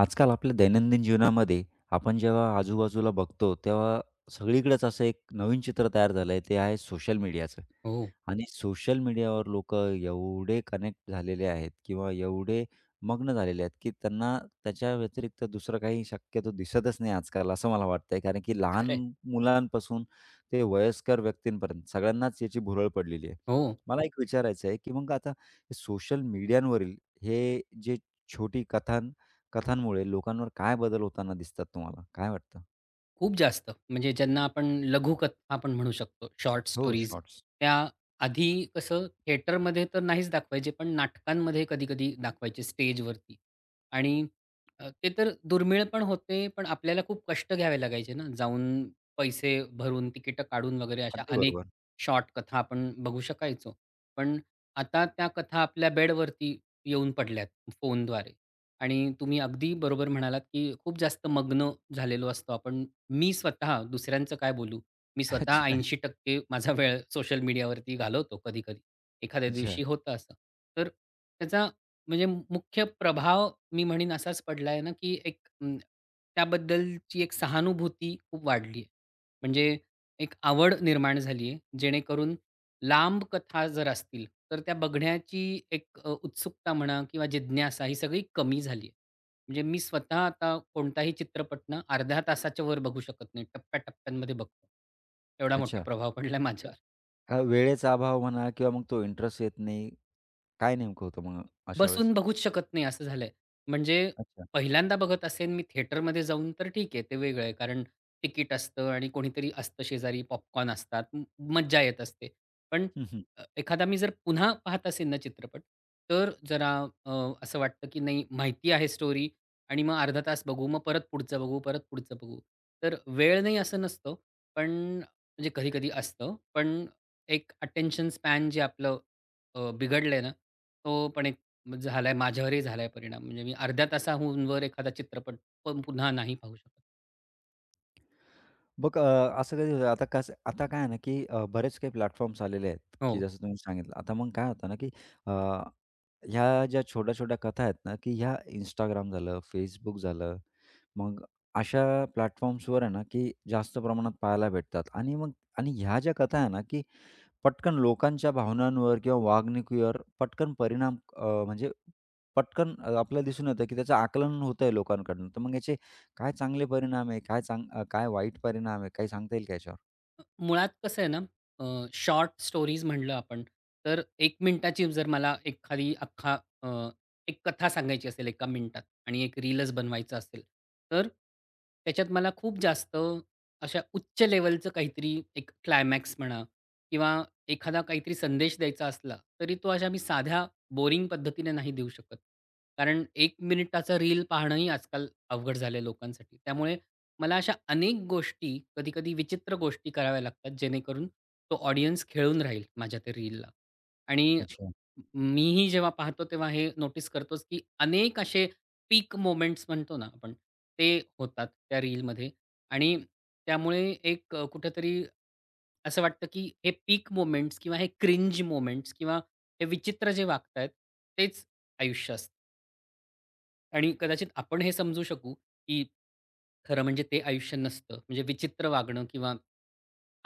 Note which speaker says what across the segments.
Speaker 1: आजकाल आपल्या दैनंदिन जीवनामध्ये आपण जेव्हा आजूबाजूला बघतो, तेव्हा सगळीकडेच असं एक नवीन चित्र तयार झालं ते आहे सोशल मीडियाचं.
Speaker 2: हो,
Speaker 1: आणि सोशल मीडियावर लोकं एवढे कनेक्ट झालेले आहेत किंवा एवढे मग्न झालेले आहेत, की त्यांना त्याच्या व्यतिरिक्त दुसरं काही शक्यतो दिसतच नाही आजकाल, असं मला वाटतंय. कारण की लहान
Speaker 2: खरं
Speaker 1: मुलांपासून ते वयस्कर व्यक्तींपर्यंत सगळ्यांनाच याची भुरळ पडलेली आहे.
Speaker 2: हो.
Speaker 1: मला एक विचारायचं आहे, की मग आता सोशल मीडियावरील हे जे छोटी कथां कथांमुळे लोकांवर काय बदल होताना दिसतात तुम्हाला? काय वाटतं?
Speaker 2: खूप जास्त. म्हणजे ज्यांना आपण लघुकथा पण म्हणू शकतो, शॉर्ट
Speaker 1: हो,
Speaker 2: स्टोरीज.
Speaker 1: शॉर्ट्स.
Speaker 2: त्या आधी कसं थिएटरमध्ये तर नाहीच दाखवायचे, पण नाटकांमध्ये कधी-कधी दाखवायचे स्टेजवरती. आणि ते तर दुर्मिळ पण होते, पण आपल्याला खूप कष्ट घ्यावे लागायचे ना, जाऊन पैसे भरून, तिकीटं काढून वगैरे अशा
Speaker 1: अगदी
Speaker 2: अनेक
Speaker 1: बरोबर.
Speaker 2: शॉर्ट कथा आपण बघू शकायचो. पण आता त्या कथा आपल्या बेडवरती येऊन पडल्यात फोनद्वारे. आणि तुम्ही अगदी बरोबर म्हणालात, की खूप जास्त मग्न झालेलो असतो आपण. मी स्वतः दुसऱ्यांचं काय बोलू? मी स्वतः
Speaker 1: अच्छा,
Speaker 2: 80% माझा वेळ सोशल मीडियावरती घालवतो कधी-कधी. एखाद्या
Speaker 1: अच्छा,
Speaker 2: दिवशी होतं असं. तर त्याचा म्हणजे मुख्य प्रभाव मी म्हणेन असाच पडला आहे ना, की एक त्याबद्दलची एक सहानुभूती खूप वाढली आहे. म्हणजे एक आवड निर्माण झाली आहे, जेणेकरून लांब कथा जर असतील, तर त्या बघण्याची एक उत्सुकता म्हणा किंवा जिज्ञासा ही सगळी कमी झाली. म्हणजे मी स्वतः आता कोणताही चित्रपट ना अर्ध्या तासाच्या वर बघू शकत नाही. टप्प्या-टप्प्यांमध्ये बघतो. एवढा मोठा
Speaker 1: अच्छा.
Speaker 2: प्रभाव पडलाय माझ्या.
Speaker 1: वेळेचा अभाव म्हणा किंवा मग तो इंटरेस्ट येत नाही. काय नेमकं होतं मग अशा वेळेस?
Speaker 2: बसून बघूच शकत नाही असं झालंय. म्हणजे
Speaker 1: अच्छा.
Speaker 2: पहिल्यांदा बघत असेन मी थिएटरमध्ये जाऊन तर ठीक आहे, ते वेगळं आहे. कारण तिकीट असतं आणि कोणीतरी असतं शेजारी, पॉपकॉर्न असतात, मज्जा येत असते. पण
Speaker 1: हं, हं.
Speaker 2: एखादा मी जर पुन्हा पाहत असेन ना चित्रपट, तर जरा अ, असं वाटतं की नाही माहिती आहे स्टोरी. आणि मग अर्धा तास बघू, मग परत पुढचं बघू, परत पुढचं बघू. तर वेळ नाही असं नसतं, पण म्हणजे कधी-कधी असतं. पण एक अटेन्शन स्पॅन जे आपलं बिघडलंय ना, तो पण मग झालाय, माझ्यावरही झालाय परिणाम. म्हणजे मी अर्ध्या तासाहून वर एखादा चित्रपट पण पुन्हा नाही पाहू शकत.
Speaker 1: मग असं कधी होतं आता कसं आता काय आहे ना, की बरेच काही प्लॅटफॉर्म्स आलेले आहेत, की
Speaker 2: हो.
Speaker 1: जसं तुम्ही सांगितलं. आता मग काय होतं ना, की अ, ह्या ज्या छोट्या-छोट्या कथा आहेत ना, की ह्या Instagram झालं, Facebook झालं, मग अशा प्लॅटफॉर्म्सवर आहे ना, की जास्त प्रमाणात पाहायला भेटतात आणि मग आणि ह्या ज्या कथा आहे ना, की पटकन लोकांच्या भावनांवर किंवा वागणुकीवर पटकन परिणाम म्हणजे पटकन आपल्याला दिसून येतं की त्याचं आकलन होत आहे लोकांकडून. तर मग याचे काय चांगले परिणाम आहे? काय वाईट परिणाम आहे? काही सांगता येईल का याच्यावर?
Speaker 2: मुळात कसं आहे ना, शॉर्ट स्टोरीज म्हणलं आपण, तर 1 मिनिटाची जर मला एखादी अख्खा अ, एक कथा सांगायची असेल 1 मिनिटात आणि एक रीलच बनवायचं असेल, तर त्याच्यात मला खूप जास्त अशा उच्च लेव्हलचं काहीतरी एक क्लायमॅक्स म्हणा किंवा एखादा काहीतरी संदेश द्यायचा असला, तरी तो अशा मी साध्या बोरिंग पद्धतीने नाही देऊ शकत. कारण 1 मिनिटाचा रील पाहणंही आजकाल अवघड झालंय लोकांसाठी. त्यामुळे मला अशा अनेक गोष्टी, कधी-कधी विचित्र गोष्टी कराव्या लागतात, जेणेकरून तो ऑडियन्स खेळून राहील माझ्या त्या रीलला. आणि
Speaker 1: अच्छा.
Speaker 2: मीही जेव्हा पाहतो तेव्हा हे नोटीस करतोच, की अनेक असे पीक मोमेंट्स म्हणतो ना आपण, ते होतात त्या रीलमध्ये. आणि त्यामुळे एक कुठेतरी असं वाटतं, की हे पीक मोमेंट्स किंवा हे क्रिंज मोमेंट्स किंवा हे विचित्र जे वागतायत, तेच आयुष्य असतं. आणि कदाचित आपण हे समजू शकू, की खरं म्हणजे ते आयुष्य नसतं. म्हणजे विचित्र वागणं किंवा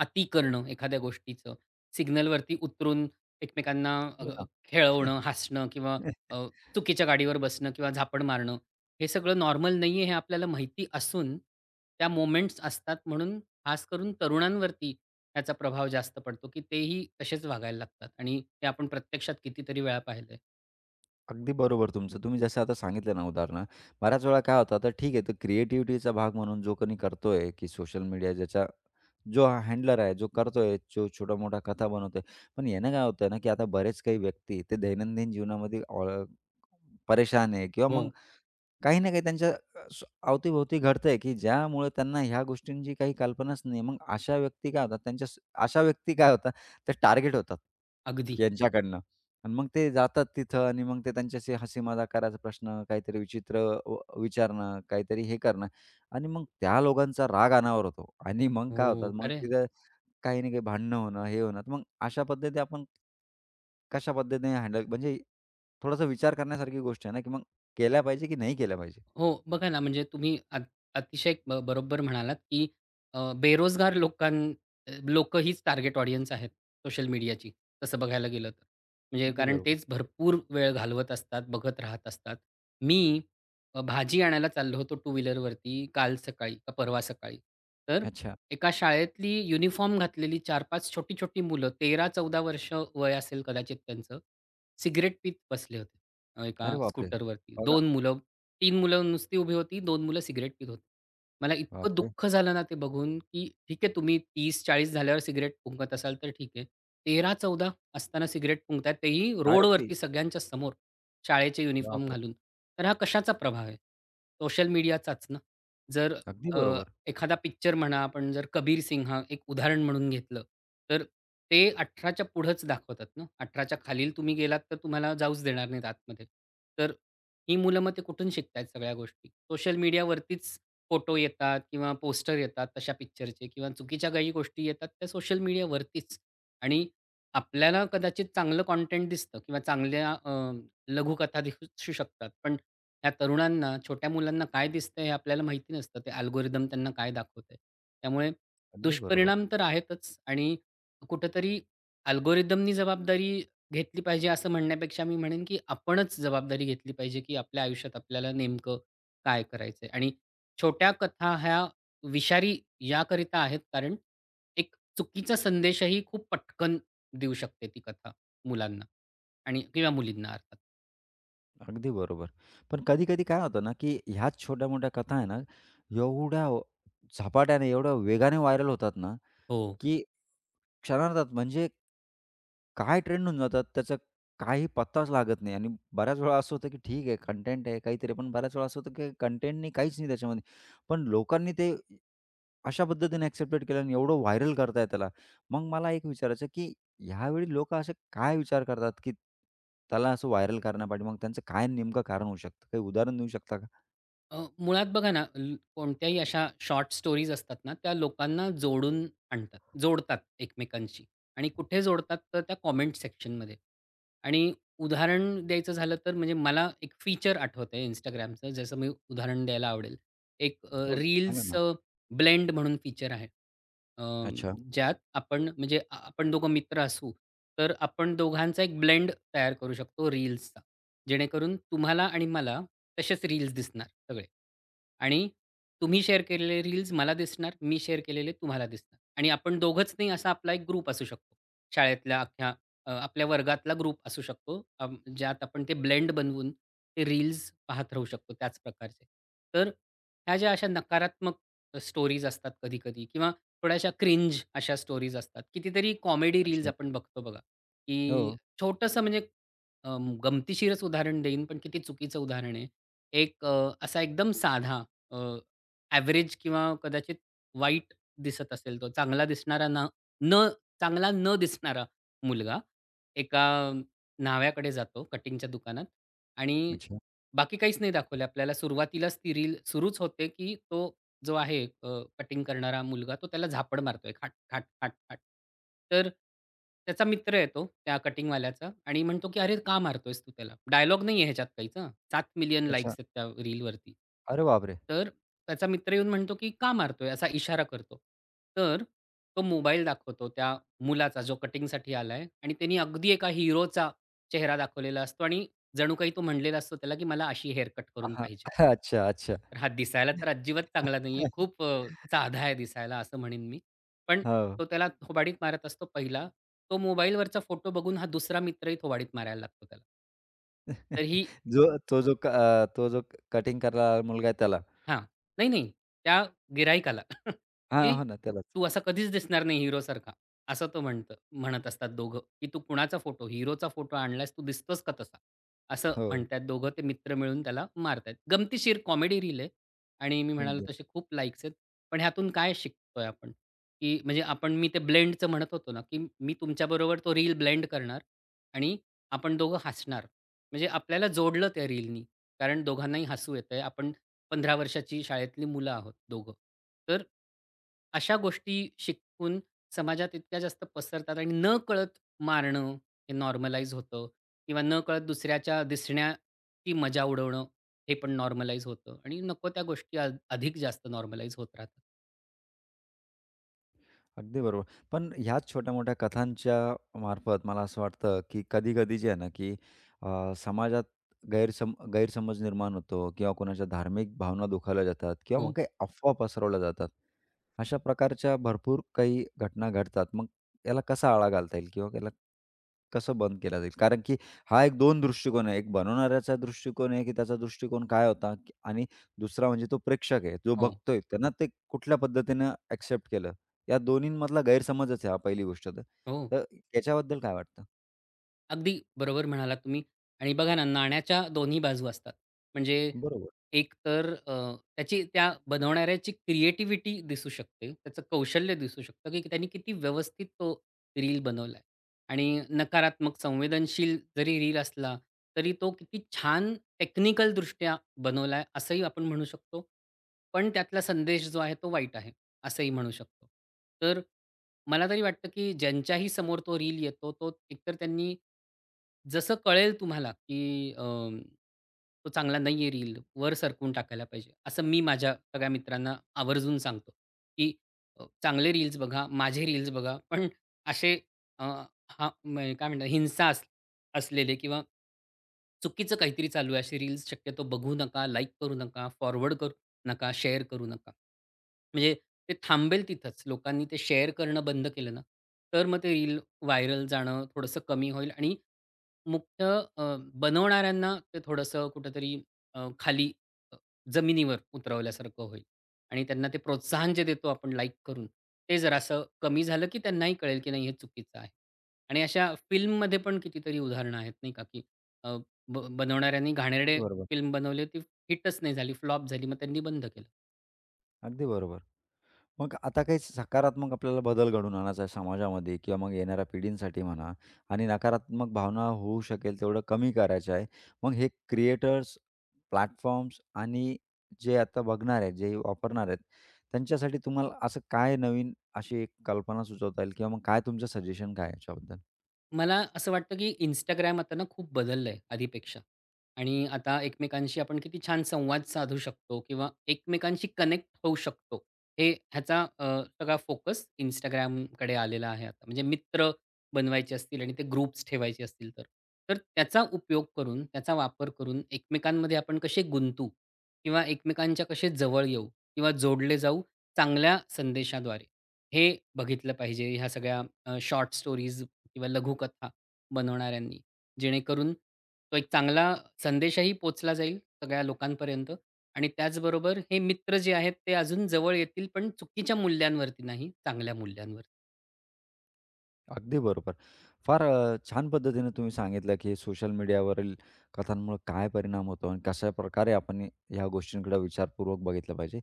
Speaker 2: अति करणं एखाद्या गोष्टीचं, सिग्नलवरती उतरून एकमेकांना
Speaker 1: हो ना.
Speaker 2: खेळवणं, हसणं किंवा अ, चुकीच्या गाडीवर बसणं किंवा झापड मारणं, हे सगळं नॉर्मल नाही आहे, हे आपल्याला माहिती असून, त्या मोमेंट्स असतात म्हणून खास करून तरुणांवरती त्याचा प्रभाव जास्त पडतो, की तेही तसेच वागायला लागतात आणि ते आपण प्रत्यक्षात कितीतरी वेळा पाहिलंय.
Speaker 1: अगदी बरोबर तुमचं. तुम्ही जसं आता सांगितलं ना उदाहरणं, बऱ्याच वेळा काय होतं, आता ठीक आहे, तर क्रिएटिव्हिटीचा भाग म्हणून जो कोणी करतोय, की सोशल मीडिया ज्याचा जो हँडलर आहे, जो करतोय, जो छोटा-मोठा कथा बनवतोय. पण यानं काय होतं ना, की आता बरेच काही व्यक्ती ते दैनंदिन जीवनामध्ये परेशान आहे किंवा
Speaker 2: हो,
Speaker 1: मग काही ना काही त्यांच्या अ, स अवतीभोवती घडतंय, की ज्यामुळे त्यांना ह्या गोष्टींची काही कल्पनाच नाही. मग अशा व्यक्ती काय होतात, त्यांच्या स अशा व्यक्ती काय होतात, ते टार्गेट होतात
Speaker 2: अगदी.
Speaker 1: की यांच्याकडनं. आणि मग ते जातात तिथं आणि मग ते त्यांच्याशी हसी-मजाक करायचा प्रश्न, काहीतरी विचित्र विचारणं, काहीतरी हे करणं आणि मग त्या लोकांचा राग अनावर होतो आणि मग काय
Speaker 2: हो,
Speaker 1: होतात, मग
Speaker 2: खरं
Speaker 1: तिथं काही ना काही भांडणं होणं, हे होणं. तर मग अशा पद्धती आपण कशा पद्धतीने हँडल म्हणजे थोडासा विचार करण्यासारखी गोष्ट आहे ना, की मग केल्या पाहिजे की नाही केल्या पाहिजे.
Speaker 2: हो, बघा ना, म्हणजे तुम्ही अतिशय बरोबर म्हणालात, की बेरोजगार लोकां लोक लोकं हीच टार्गेट ऑडियन्स आहेत सोशल मीडियाची, तसं बघायला गेलं तर. म्हणजे
Speaker 1: अगदी
Speaker 2: कारण
Speaker 1: बरोबर.
Speaker 2: तेच भरपूर वेळ घालवत असतात, बघत राहत असतात. मी भाजी आणायला चाललो होतो टू व्हीलरवरती काल सकाळी का परवा सकाळी. तर
Speaker 1: अच्छा.
Speaker 2: एका शाळेतली युनिफॉर्म घातलेली 4-5 छोटी-छोटी मुलं, 13-14 वर्ष वय असेल कदाचित त्यांचं, सिगारेट पीत बसले होते एका
Speaker 1: अरे बापरे!
Speaker 2: स्कूटरवरती.
Speaker 1: बघा,
Speaker 2: 2 मुलं, तीन मुलं नुसती उभी होती, दोन मुलं सिगारेट पीत होती. मला इतकं
Speaker 1: बापरे!
Speaker 2: दुःख झालं ना ते बघून, की ठीक आहे, तुम्ही 30-40 झाल्यावर सिगारेट फुंकत असाल तर ठीक आहे. 13-14 असताना सिगारेट फुंकताय, तेही
Speaker 1: शाळेतली.
Speaker 2: रोडवरती सगळ्यांच्या समोर, शाळेचे युनिफॉर्म
Speaker 1: बापरे!
Speaker 2: घालून. तर हा कशाचा प्रभाव आहे? सोशल मीडियाचाच ना. जर
Speaker 1: अगदी
Speaker 2: अ,
Speaker 1: बरोबर,
Speaker 2: एखादा पिक्चर म्हणा, आपण जर कबीर सिंह एक उदाहरण म्हणून घेतलं, तर ते 18 पुढंच दाखवतात ना. 18 खालील तुम्ही गेलात तर तुम्हाला जाऊच देणार नाहीत आतमध्ये. तर ही मुलं मग ते कुठून शिकतायत सगळ्या गोष्टी? सोशल मीडियावरतीच. फोटो येतात किंवा पोस्टर येतात तशा पिक्चरचे किंवा चुकीच्या काही गोष्टी येतात त्या सोशल मीडियावरतीच. आणि आपल्याला कदाचित चांगलं कंटेंट दिसतं किंवा चांगल्या लघुकथा दिसू शकतात. पण त्या तरुणांना, छोट्या मुलांना काय दिसतंय हे आपल्याला माहिती नसतं. ते अल्गोरिदम त्यांना काय दाखवतंय. त्यामुळे
Speaker 1: अगदी बरोबर,
Speaker 2: दुष्परिणाम तर आहेतच आणि कुठेतरी अल्गोरिदमनी जबाबदारी घेतली पाहिजे असं म्हणण्यापेक्षा मी म्हणेन, की आपणच जबाबदारी घेतली पाहिजे, की आपल्या आयुष्यात आपल्याला नेमकं काय करायचंय आणि छोट्या कथा ह्या विषारी याकरिता आहेत, कारण एक चुकीचा संदेशही खूप पटकन देऊ शकते ती कथा मुलांना आणि किंवा मुलींना अर्थात.
Speaker 1: अगदी बरोबर. पण कधी-कधी काय होतं ना, की ह्याच छोट्या-मोठ्या कथा आहे ना, एवढ्या झपाट्याने, एवढ्या वेगाने व्हायरल होतात ना,
Speaker 2: हो.
Speaker 1: की क्षणार्धात म्हणजे काय ट्रेंड होऊन जातात, त्याचा काही पत्ताच लागत नाही आणि बऱ्याच वेळा असं होतं, की ठीक आहे, कंटेंट आहे काहीतरी, पण बऱ्याच वेळा असं होतं, की कंटेंट नाही, काहीच नाही त्याच्यामध्ये. पण लोकांनी ते अशा पद्धतीने ॲक्सेप्टेड केलं आणि एवढं व्हायरल करताय त्याला. मग मला एक विचारायचं, की ह्यावेळी लोकं असे काय विचार करतात, की त्याला असं व्हायरल करण्यापाठी मग त्यांचं काय नेमकं कारण होऊ शकतं? काही उदाहरण देऊ शकता का?
Speaker 2: मुळात बघा ना, कोणत्याही अशा शॉर्ट स्टोरीज असतात ना, त्या लोकांना जोडून आणतात, जोडतात एकमेकांशी आणि कुठे जोडतात तर त्या कॉमेंट सेक्शनमध्ये. आणि उदाहरण द्यायचं झालं तर म्हणजे मला एक फीचर आठवतंय Instagramचं, ज्याचं मी उदाहरण द्यायला आवडेल. एक
Speaker 1: हो. सांगा ना.
Speaker 2: ब्लेंड म्हणून फीचर आहे. अ,
Speaker 1: अच्छा,
Speaker 2: ज्यात आपण म्हणजे आपण दोघं मित्र असू, तर आपण दोघांचा एक ब्लेंड तयार करू शकतो रील्सचा. जेणेकरून तुम्हाला आणि मला तसेच रील्स दिसणार सगळे. आणि तुम्ही शेअर केलेले रील्स मला दिसणार, मी शेअर केलेले तुम्हाला दिसणार आणि आपण दोघंच नाही, असा आपला एक ग्रुप असू शकतो. शाळेतल्या अख्ख्या आपल्या वर्गातला ग्रुप असू शकतो. ज्यात आपण ते ब्लेंड बनवून ते रील्स पाहत राहू शकतो त्याच प्रकारचे. तर ह्या ज्या अशा नकारात्मक स्टोरीज असतात कधी-कधी किंवा थोड्याशा क्रिंज अशा स्टोरीज असतात. कितीतरी कॉमेडी रील्स
Speaker 1: अच्छा.
Speaker 2: आपण बघतो बघा,
Speaker 1: हो.
Speaker 2: की छोटंसं म्हणजे गमतीशीरच उदाहरण देईन, पण किती चुकीचं उदाहरण आहे. एक असा एकदम साधा अ, ॲव्हरेज किंवा कदाचित वाईट दिसत असेल तो, चांगला दिसणारा ना, न चांगला न दिसणारा मुलगा एका न्हाव्याकडे जातो कटिंगच्या दुकानात आणि
Speaker 1: अच्छा,
Speaker 2: बाकी काहीच नाही दाखवलं आपल्याला. सुरुवातीलाच ती रील सुरूच होते, की तो जो आहे कटिंग करणारा मुलगा, तो त्याला झापड मारतोय खाट, खाट, खाट, खाट. तर त्याचा मित्र आहे तो, त्या कटिंगवाल्याचा आणि म्हणतो, की "अरे का मारतोयस तू त्याला?" डायलॉग नाही आहे ह्याच्यात काहीच हां. 7 मिलियन
Speaker 1: अच्छा.
Speaker 2: लाइक्स आहेत त्या रीलवरती.
Speaker 1: अरे बापरे! हां.
Speaker 2: तर त्याचा मित्र येऊन म्हणतो, की "का मारतोय?" असा इशारा करतो. तर तो मोबाईल दाखवतो त्या मुलाचा जो कटिंगसाठी आलाय आणि त्यानी अगदी एका हिरोचा चेहरा दाखवलेला असतो आणि जणू काही तो म्हणलेला असतो त्याला, की "मला अशी हेअरकट करून पाहिजे."
Speaker 1: अच्छा, अच्छा.
Speaker 2: तर हा दिसायला तर अजिबात चांगला नाहीये. खूप साधा आहे दिसायला, असं म्हणेन मी. पण
Speaker 1: हो.
Speaker 2: तो त्याला थोबाडीत मारत असतो पहिला. तो मोबाईलवरचा फोटो बघून हा दुसरा मित्रही थोबाडीत मारायला लागतो त्याला. तर ही
Speaker 1: जो तो जो क अ, तो जो कटिंग करायला मुलगा आहे त्याला.
Speaker 2: हां. नाही, नाही. त्या गिराईकाला
Speaker 1: हां,
Speaker 2: की
Speaker 1: हो ना त्यालाच.
Speaker 2: "तू असा कधीच दिसणार नाही हिरोसारखा." असं तो म्हणतो, म्हणत असतात दोघं, की "तू कुणाचा फोटो? हिरोचा फोटो आणलास, तू दिसतोस का तसा?" असं
Speaker 1: हो,
Speaker 2: म्हणतात दोघं. ते मित्र मिळून त्याला मारतायत. गमतीशीर कॉमेडी रील आहे आणि मी म्हणालो
Speaker 1: अगदी.
Speaker 2: तसे खूप लाईक्स आहेत. पण ह्यातून काय शिकतोय आपण? की म्हणजे आपण, मी ते ब्लेंडचं म्हणत होतो ना, की मी तुमच्याबरोबर तो रील ब्लेंड करणार आणि आपण दोघं हसणार. म्हणजे आपल्याला जोडलं त्या रीलनी. कारण दोघांनाही हसू येतंय. आपण 15 वर्षाची शाळेतली मुलं आहोत दोघं. तर अशा गोष्टी शिकून समाजात इतक्या जास्त पसरतात आणि नकळत मारणं हे नॉर्मलाईज होतं किंवा नकळत दुसऱ्याच्या दिसण्याची मजा उडवणं हे पण नॉर्मलाईज होतं आणि नको त्या गोष्टी अधिक जास्त नॉर्मलाईज होत राहतात.
Speaker 1: अगदी बरोबर. पण ह्याच छोट्या-मोठ्या कथांच्या मार्फत मला असं वाटतं, की कधी-कधी जे आहे ना, की समाजात गैरसमज निर्माण होतो किंवा कोणाच्या धार्मिक भावना दुखावल्या जातात किंवा मग
Speaker 2: हो,
Speaker 1: काही अफवा पसरवल्या जातात. अशा प्रकारच्या भरपूर काही घटना घडतात. मग याला कसा आळा घालता येईल किंवा याला कसं बंद केला जाईल? कारण की हा एक 2 दृष्टिकोन आहे. एक बनवणाऱ्याचा दृष्टिकोन आहे, की त्याचा दृष्टिकोन काय होता की- आणि दुसरा म्हणजे तो प्रेक्षक आहे. जो
Speaker 2: हो.
Speaker 1: बघतोय त्यांना ते कुठल्या पद्धतीनं एक्सेप्ट केलं? या दोन्हींमधला गैरसमजच आहे हा पहिली गोष्ट तर.
Speaker 2: हो.
Speaker 1: तर याच्याबद्दल काय वाटतं?
Speaker 2: अगदी बरोबर म्हणालात तुम्ही आणि बघा ना, नाण्याच्या दोन्ही बाजू असतात. म्हणजे
Speaker 1: बरोबर.
Speaker 2: एक तर त्याची त्या बनवणाऱ्याची क्रिएटिव्हिटी दिसू शकते. त्याचं कौशल्य दिसू शकतं, की त्यांनी किती व्यवस्थित तो रील बनवलाय आणि नकारात्मक संवेदनशील जरी रील असला, तरी तो किती छान टेक्निकलदृष्ट्या बनवलाय असंही आपण म्हणू शकतो. पण त्यातला संदेश जो आहे तो वाईट आहे, असंही म्हणू शकतो. तर मला तरी वाटतं, की ज्यांच्याही समोर तो रील येतो, तो एकतर त्यांनी जसं कळेल तुम्हाला, की तो चांगला नाही आहे रील, वर सरकवून टाकायला पाहिजे. असं मी माझ्या सगळ्या मित्रांना आवर्जून सांगतो, की चांगले रील्स बघा, माझे रील्स बघा. पण असे अ, हां, म्हणजे काय म्हणतात, हिंसा असलेले किंवा चुकीचं काहीतरी चालू आहे, असे रील्स शक्यतो बघू नका, लाइक करू नका, फॉरवर्ड नका, शेअर करू नका. म्हणजे ते थांबेल तिथंच. लोकांनी ते शेअर करणं बंद केलं ना, तर मग ते रील व्हायरल जाणं थोडंसं कमी होईल आणि मुख्य अ, बनवणाऱ्यांना ते थोडंसं कुठेतरी खाली अ, जमिनीवर उतरवल्यासारखं होईल आणि त्यांना ते प्रोत्साहन जे देतो आपण लाईक करून, ते जरासं कमी झालं, की त्यांनाही कळेल, की नाही हे चुकीचं आहे. आणि अशा फिल्ममध्ये पण कितीतरी उदाहरणं आहेत नाही का, की अ, बनवणाऱ्यांनी घाणेरडे
Speaker 1: अगदी बरोबर.
Speaker 2: फिल्म बनवली, ती हिटच नाही झाली, फ्लॉप झाली, मग त्यांनी बंद केलं.
Speaker 1: अगदी बरोबर. मग आता काही सकारात्मक आपल्याला बदल घडवून आणायचा आहे समाजामध्ये किंवा मग येणाऱ्या पिढींसाठी म्हणा आणि नकारात्मक भावना होऊ शकेल तेवढं कमी करायचं आहे. मग हे क्रिएटर्स, प्लॅटफॉर्म्स आणि जे आता बघणार आहेत, जे वापरणार आहेत, त्यांच्यासाठी तुम्हाला असं काय नवीन अशी एक कल्पना सुचवता येईल किंवा मग काय तुमचं सजेशन काय आहे याच्याबद्दल?
Speaker 2: मला असं वाटतं, की इंस्टाग्राम आता ना खूप बदललंय आधीपेक्षा आणि आता एकमेकांशी आपण किती छान संवाद साधू शकतो किंवा एकमेकांशी कनेक्ट होऊ शकतो. हे ह्याचा सगळा फोकस Instagramकडे आलेला आहे आता. म्हणजे मित्र बनवायचे असतील आणि ते ग्रुप्स ठेवायचे असतील तर. तर त्याचा उपयोग करून, त्याचा वापर करून एकमेकांमध्ये आपण कसे गुंतू किंवा एकमेकांच्या कसे जवळ येऊ किंवा जोडले जाऊ चांगल्या संदेशाद्वारे, हे बघितलं पाहिजे. ह्या सगळ्या शॉर्ट स्टोरीज किंवा लघुकथा बनवणाऱ्यांनी. जेणेकरून तो एक चांगला संदेशही पोहोचला जाईल सगळ्या लोकांपर्यंत आणि त्याचबरोबर हे मित्र जे आहेत ते अजून जवळ येतील, पण चुकीच्या मूल्यांवरती नाही, चांगल्या मूल्यांवर.
Speaker 1: अगदी बरोबर. फार छान पद्धतीने तुम्ही सांगितलं, की सोशल मीडियावरील कथांमुळे काय परिणाम होतो आणि कशाप्रकारे आपण ह्या गोष्टींकडे विचारपूर्वक बघितलं पाहिजे.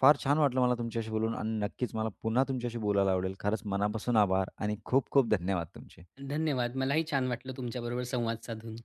Speaker 1: फार छान वाटलं मला तुमच्याशी बोलून आणि नक्कीच मला पुन्हा तुमच्याशी बोलायला आवडेल. खरंच मनापासून आभार आणि खूप खूप धन्यवाद तुमचे.
Speaker 2: धन्यवाद. मलाही छान वाटलं तुमच्याबरोबर संवाद साधून.